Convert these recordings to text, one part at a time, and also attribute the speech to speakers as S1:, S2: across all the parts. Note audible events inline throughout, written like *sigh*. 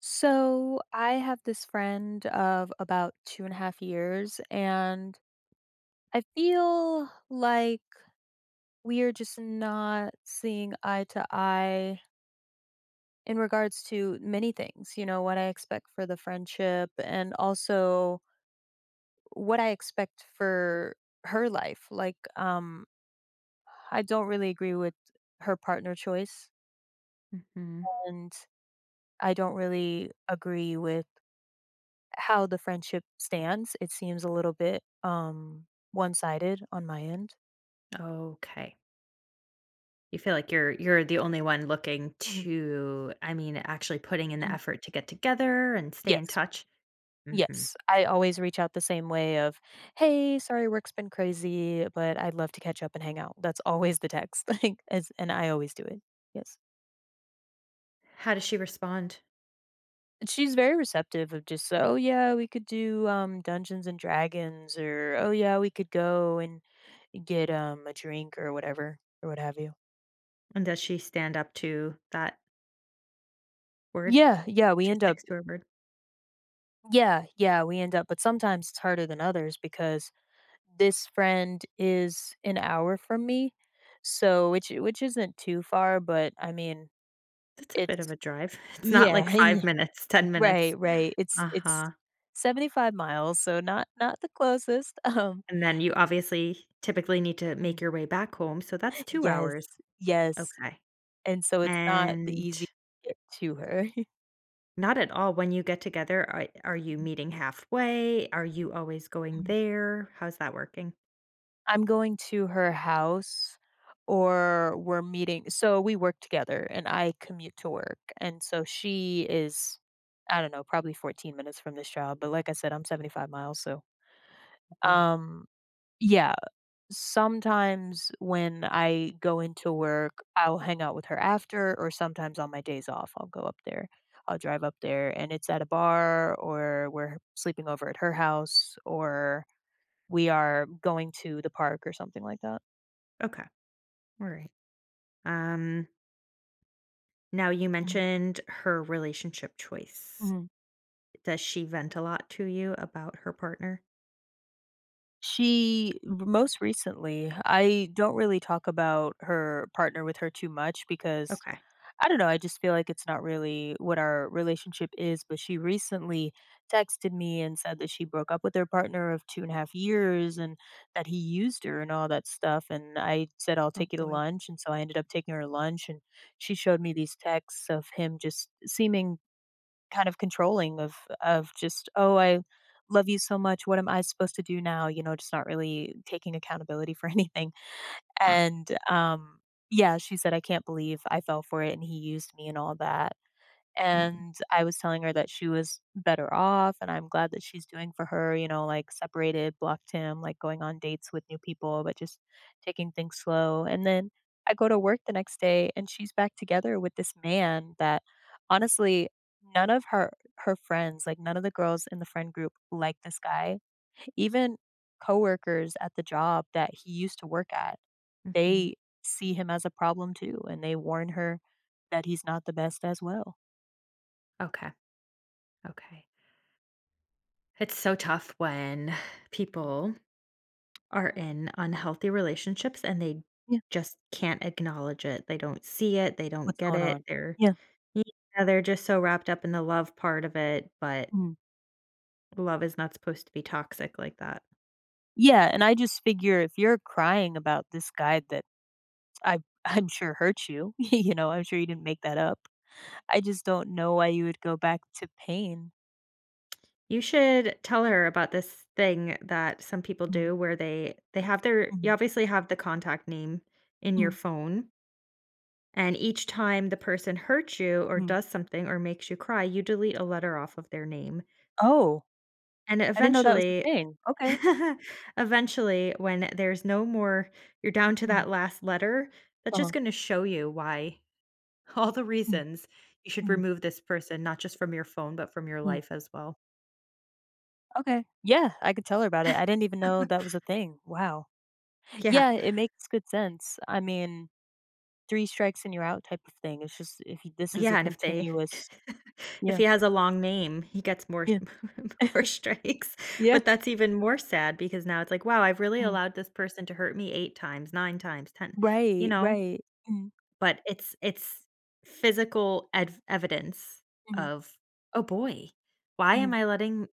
S1: So I have this friend of about 2.5 years, and I feel like we are just not seeing eye to eye in regards to many things, what I expect for the friendship and also what I expect for her life. Like, I don't really agree with her partner choice,
S2: hmm
S1: and I don't really agree with how the friendship stands. It seems a little bit one-sided on my end.
S2: Okay. You feel like you're the only one looking
S1: Mhm,
S2: to, I mean, actually putting in the
S1: mhm.
S2: effort to get together and stay in
S1: Yes.
S2: touch. Hmm.
S1: Yes. I always reach out the same way of, "Hey, sorry work's been crazy, but I'd love to catch up and hang out." That's always the text, *laughs* like, as and I always do it. Yes.
S2: How does she respond?
S1: She's very receptive of just, "Oh, yeah, we could do, Dungeons& and Dragons," or, "Oh, yeah, we could go and get, a drink," or whatever, or what have you.
S2: And does she stand up to that word?
S1: Yeah, yeah, we
S2: She
S1: end up
S2: sticks to her word.
S1: Yeah, yeah, we end up, but sometimes it's harder than others because this friend is an hour from me, so which isn't too far, but I mean,
S2: That's a
S1: it's
S2: bit of a drive. *laughs* It's not like
S1: yeah, *laughs* yeah,
S2: 5 minutes, 10 minutes.
S1: right, right. It's
S2: Uh
S1: it's
S2: huh.
S1: 75 miles, so not the closest. *laughs*
S2: And then you obviously typically need to
S1: Mhm.
S2: make your way back home, so that's two
S1: Yes,
S2: hours.
S1: yes,
S2: Okay.
S1: and so it's not the
S2: And
S1: easiest to get to her.
S2: not at all. When you get together, are you meeting halfway? Are you always going
S1: *laughs*
S2: there? How's that working?
S1: I'm going to her house, or we're meeting. So we work together and I commute to work. And so she is, I don't know, probably 14 minutes from this job. But like I said, I'm 75 miles. So,
S2: Oh boy.
S1: um, yeah, sometimes when I go into work, I'll hang out with her after, or sometimes on my days off, I'll go up there. I'll drive up there and it's at a bar, or we're sleeping over at her house, or we are going to the park or something like that.
S2: Okay. All right. Um, Now you mentioned her relationship choice.
S1: Mhm.
S2: Does she vent a lot to you about her partner?
S1: She r Most recently, I don't really talk about her partner with her too much because,
S2: Okay.
S1: I don't know, I just feel like it's not really what our relationship is, but she recently texted me and said that she broke up with her partner of 2.5 years and that he used her and all that stuff, and I said, "I'll
S2: Oh
S1: take you to
S2: boy.
S1: lunch," and so I ended up taking her to lunch, and she showed me these texts of him just seeming kind of controlling of just, "Oh, I love you so much. What am I supposed to do now?" You know, just not really taking accountability for *laughs* anything.
S2: Huh.
S1: And, yeah, she said, "I can't believe I fell for it and he used me and all that."
S2: Mm.
S1: And I was telling her that she was better off, and I'm glad that she's doing for her, you know, like separated, blocked him, like going on dates with new people, but just taking things slow. And then I go to work the next day and she's back together with this man that honestly, none of her friends, like none of the girls in the friend group like this guy. Even coworkers at the job that he used to work at,
S2: Mm-hmm.
S1: they see him as a problem too, and they warn her that he's not the best as well.
S2: Okay. Okay. It's so tough when people are
S1: Mm.
S2: in unhealthy relationships and they
S1: Yeah.
S2: just can't acknowledge it. They don't see it. They don't
S1: What's
S2: get
S1: going
S2: it.
S1: on?
S2: They're—
S1: Yeah.
S2: yeah, they're just so wrapped up in the love part of it, but
S1: Mhm.
S2: love is not supposed to be toxic like that.
S1: Yeah, and I just figure if you're crying about this guy that I *laughs* I'm sure hurt you, *laughs* I'm sure you didn't make that up. I just don't know why you would go back to pain.
S2: You should tell her about this thing that some people
S1: Mm,
S2: do where they have their— you
S1: mhm,
S2: obviously have the contact name in your
S1: mm,
S2: phone, and each time the person hurts you or
S1: mm.
S2: does something or makes you cry, you delete a letter off of their name.
S1: Oh,
S2: And
S1: I didn't know that was a
S2: eventually,
S1: thing. Okay.
S2: *laughs* eventually when there's no more, you're down to
S1: Mm,
S2: that last letter, that's just
S1: uh-huh.
S2: going to show you why. *laughs* All the
S1: Mm,
S2: reasons you should
S1: mm,
S2: remove this person, not just from your phone, but from your
S1: mm.
S2: life as well.
S1: Okay. Yeah, I could tell her about it. I
S2: *laughs*
S1: didn't even know that was a thing. Wow.
S2: Yeah.
S1: Yeah, it makes good sense. I mean, three strikes and you're out type of thing. It's just if you- this is a
S2: Yeah, and if they—
S1: continuous,
S2: *laughs* if he
S1: yeah,
S2: has a long name, he gets more
S1: yeah.
S2: *laughs* more strikes,
S1: Yeah.
S2: but that's even more sad because now it's like, "Wow, I've really
S1: Mm.
S2: allowed this person to hurt me 8 times, 9 times, 10." You
S1: Right,
S2: know?
S1: right. Mhm,
S2: But it's physical ev evidence
S1: mhm,
S2: of, "Oh boy, why
S1: mhm.
S2: am I letting—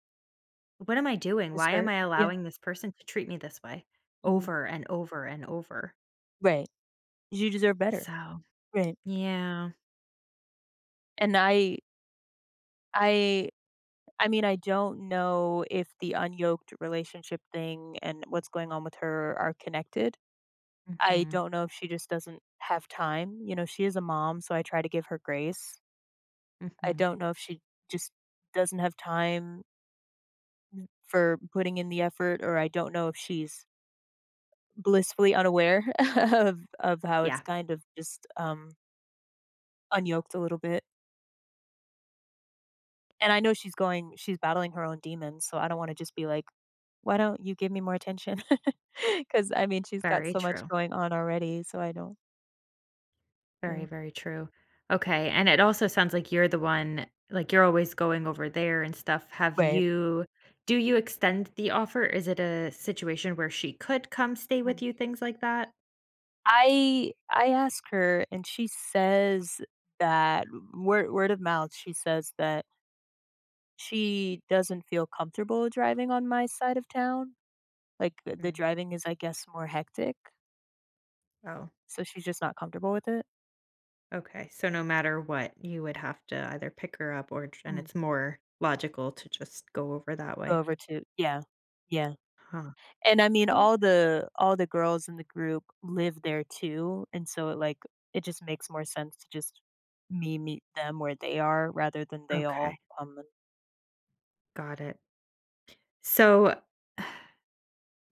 S2: what am I doing?
S1: This
S2: Why am
S1: hurt.
S2: I
S1: Yeah.
S2: allowing this person to treat me this way
S1: Mhm.
S2: over and over and over?"
S1: Right. You deserve better.
S2: So,
S1: Right.
S2: yeah.
S1: And I I mean, I don't know if the unyoked relationship thing and what's going on with her are connected. I
S2: Mhm.
S1: don't know if she just doesn't have time. You know, she is a mom, so I try to give her grace. I
S2: Mhm.
S1: don't know if she just doesn't have time for putting in the effort, or I don't know if she's blissfully unaware *laughs* of how it's
S2: Yeah,
S1: kind of just, unyoked a little bit. And I know she's battling her own demons, so I don't wanna just be like, "Why don't you give me more attention?" *laughs* Because I mean, she's got
S2: very
S1: so much
S2: true.
S1: going on already, so I don't
S2: Very,
S1: yeah.
S2: very true. Okay, and it also sounds like you're the one, like, you're always going over there and stuff. Have
S1: Right.
S2: you— do you extend the offer? Is it a situation where she could come stay with
S1: Mm.
S2: you, things like that?
S1: I ask her, and she says that word of mouth, she says that she doesn't feel comfortable driving on my side of town. Like, the
S2: Mm.
S1: driving is, I guess, more hectic.
S2: Oh.
S1: So she's just not comfortable with it?
S2: Okay, so no matter what, you would have to either pick her up or j— and
S1: Mm.
S2: it's more logical to just go over that
S1: Go
S2: way.
S1: over to Yeah, yeah,
S2: Huh.
S1: and I mean,
S2: Well,
S1: all the girls in the group live there too, and so it, like, it just makes more sense to just me meet them where they are rather than they
S2: okay,
S1: all come and.
S2: got it. So, *sighs*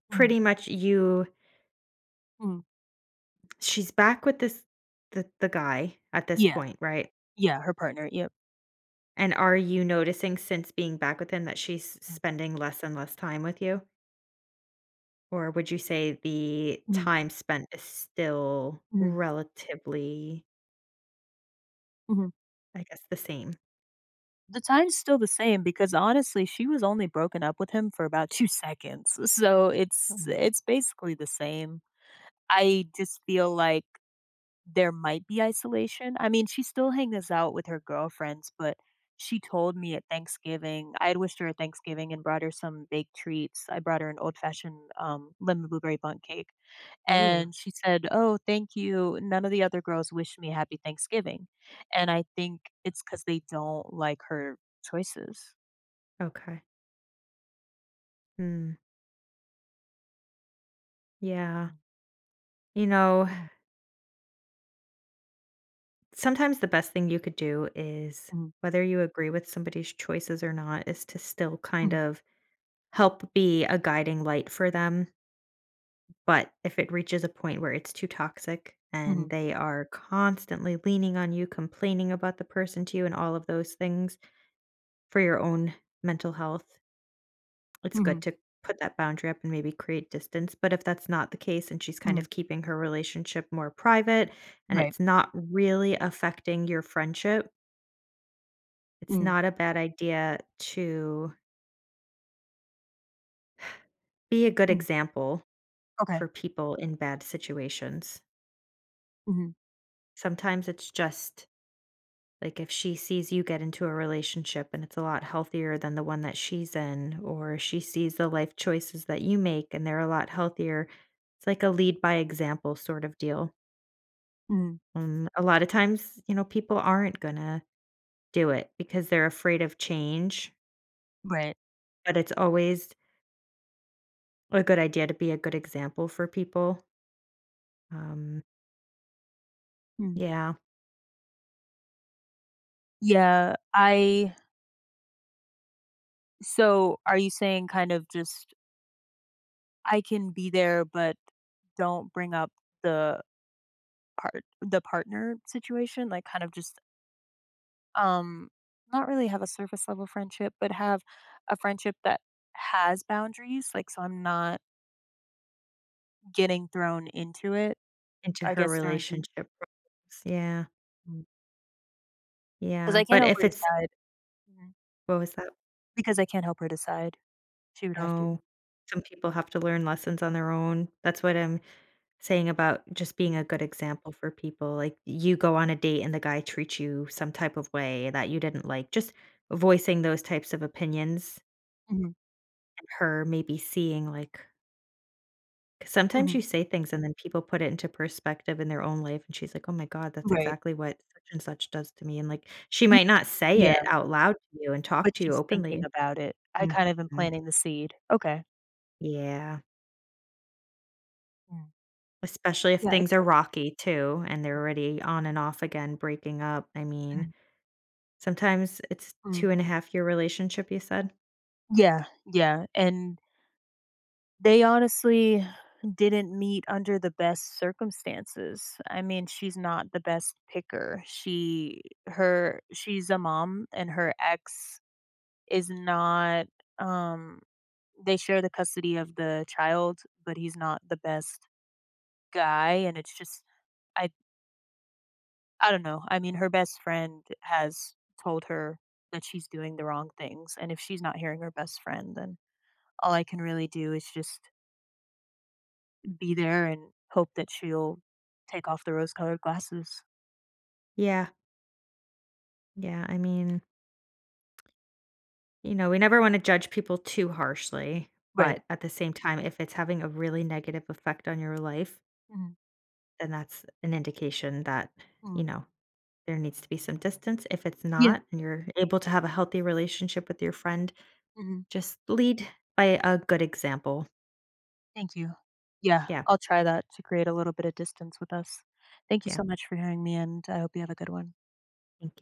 S1: Mhm,
S2: pretty much you—
S1: mhm.
S2: she's back with this the guy at this
S1: Yeah,
S2: point, right?
S1: yeah, her partner, yep.
S2: And are you noticing since being back with him that she's
S1: Mm,
S2: spending less and less time with you? Or would you say the
S1: mhm,
S2: time spent is still
S1: mhm,
S2: relatively,
S1: mhm.
S2: I guess, the same?
S1: The time's still the same because, honestly, she was only broken up with him for about *laughs* 2 seconds, so it's
S2: Oh.
S1: it's basically the same. I just feel like there might be isolation. I mean, she still hangs out with her girlfriends, but she told me at Thanksgiving, I had wished her a Thanksgiving and brought her some baked treats. I brought her an old fashioned lemon blueberry bundt cake.
S2: Ooh,
S1: And she said, "Oh, thank you. None of the other girls wished me happy Thanksgiving." And I think it's because they don't like her choices.
S2: okay. Hmm. Yeah. You know,
S1: Mm,
S2: sometimes the best thing you could do is,
S1: mhm,
S2: whether you agree with somebody's choices or not, is to still kind
S1: mhm,
S2: of help be a guiding light for them. But if it reaches a point where it's too toxic
S1: mhm,
S2: and
S1: mhm,
S2: they are constantly leaning on you, complaining about the person to you, and all of those things, for your own mental health, it's
S1: mhm,
S2: good to put that boundary up and maybe create distance, but if that's not the case and she's kind
S1: mhm.
S2: of keeping her relationship more private and
S1: Right.
S2: it's not really affecting your friendship, it's
S1: Mm,
S2: not a bad idea to be a good
S1: mm.
S2: example
S1: Okay.
S2: for people in bad situations.
S1: Mhm,
S2: Sometimes it's just like if she sees you get into a relationship and it's a lot healthier than the one that she's in, or she sees the life choices that you make and they're a lot healthier, it's like a lead by example sort of deal.
S1: mhm.
S2: And a lot of times, you know, people aren't gonna do it because they're afraid of change,
S1: Right.
S2: but it's always a good idea to be a good example for people. Um,
S1: Mm.
S2: yeah,
S1: Yeah. I So, are you saying kind of just I can be there, but don't bring up the the partner situation, like kind of just um not really have a surface level friendship, but have a friendship that has boundaries, like so I'm not getting thrown into it.
S2: into
S1: I
S2: her
S1: guess thrown into
S2: relationship problems. Yeah,
S1: because
S2: yeah,
S1: I can't
S2: but
S1: help
S2: if
S1: her
S2: it's—
S1: decide. Mhm.
S2: what was that?
S1: Because I can't help her decide, she would have to.
S2: No. Some people have to learn lessons on their own. That's what I'm saying about just being a good example for people. Like, you go on a date and the guy treats you some type of way that you didn't like, just voicing those types of opinions—
S1: Mm-hmm.
S2: her maybe seeing like, 'cause sometimes
S1: Hmm.
S2: you say things and then people put it into perspective in their own life and she's like, "Oh my god, that's
S1: Right.
S2: exactly what such and such does to me," and like she
S1: Y-
S2: might not say it
S1: Yeah,
S2: out loud to you and
S1: but
S2: talk to you
S1: she's thinking
S2: openly.
S1: about it. I kind of am
S2: Mhm.
S1: planting the seed. Okay.
S2: Yeah,
S1: Mm.
S2: especially if
S1: Yeah,
S2: things are
S1: exactly.
S2: rocky too and they're already on and off again breaking up. I mean,
S1: Mm,
S2: sometimes— it's
S1: mm.
S2: 2 and a half year relationship, you said?
S1: Yeah, yeah, and they honestly didn't meet under the best circumstances. I mean, she's not the best picker. She's a mom and her ex is not. um they share the custody of the child, but he's not the best guy and it's just I I don't know. I mean, her best friend has told her that she's doing the wrong things and if she's not hearing her best friend then all I can really do is just be there and hope that she'll take off the rose-colored glasses.
S2: Yeah, yeah, I mean, you know, we never want to judge people too harshly,
S1: Right.
S2: but at the same time, if it's having a really negative effect on your life,
S1: Mhm,
S2: then that's an indication that, you
S1: mhm.
S2: know, there needs to be some distance. If it's
S1: Yeah,
S2: not, and you're able to have a healthy relationship with your friend,
S1: mhm.
S2: just lead by a good example.
S1: Thank you. Yeah,
S2: Yeah.
S1: I'll try that to create a little bit of distance with us. Thank you
S2: Yeah.
S1: so much for hearing me, and I hope you have a good one.
S2: Thank you.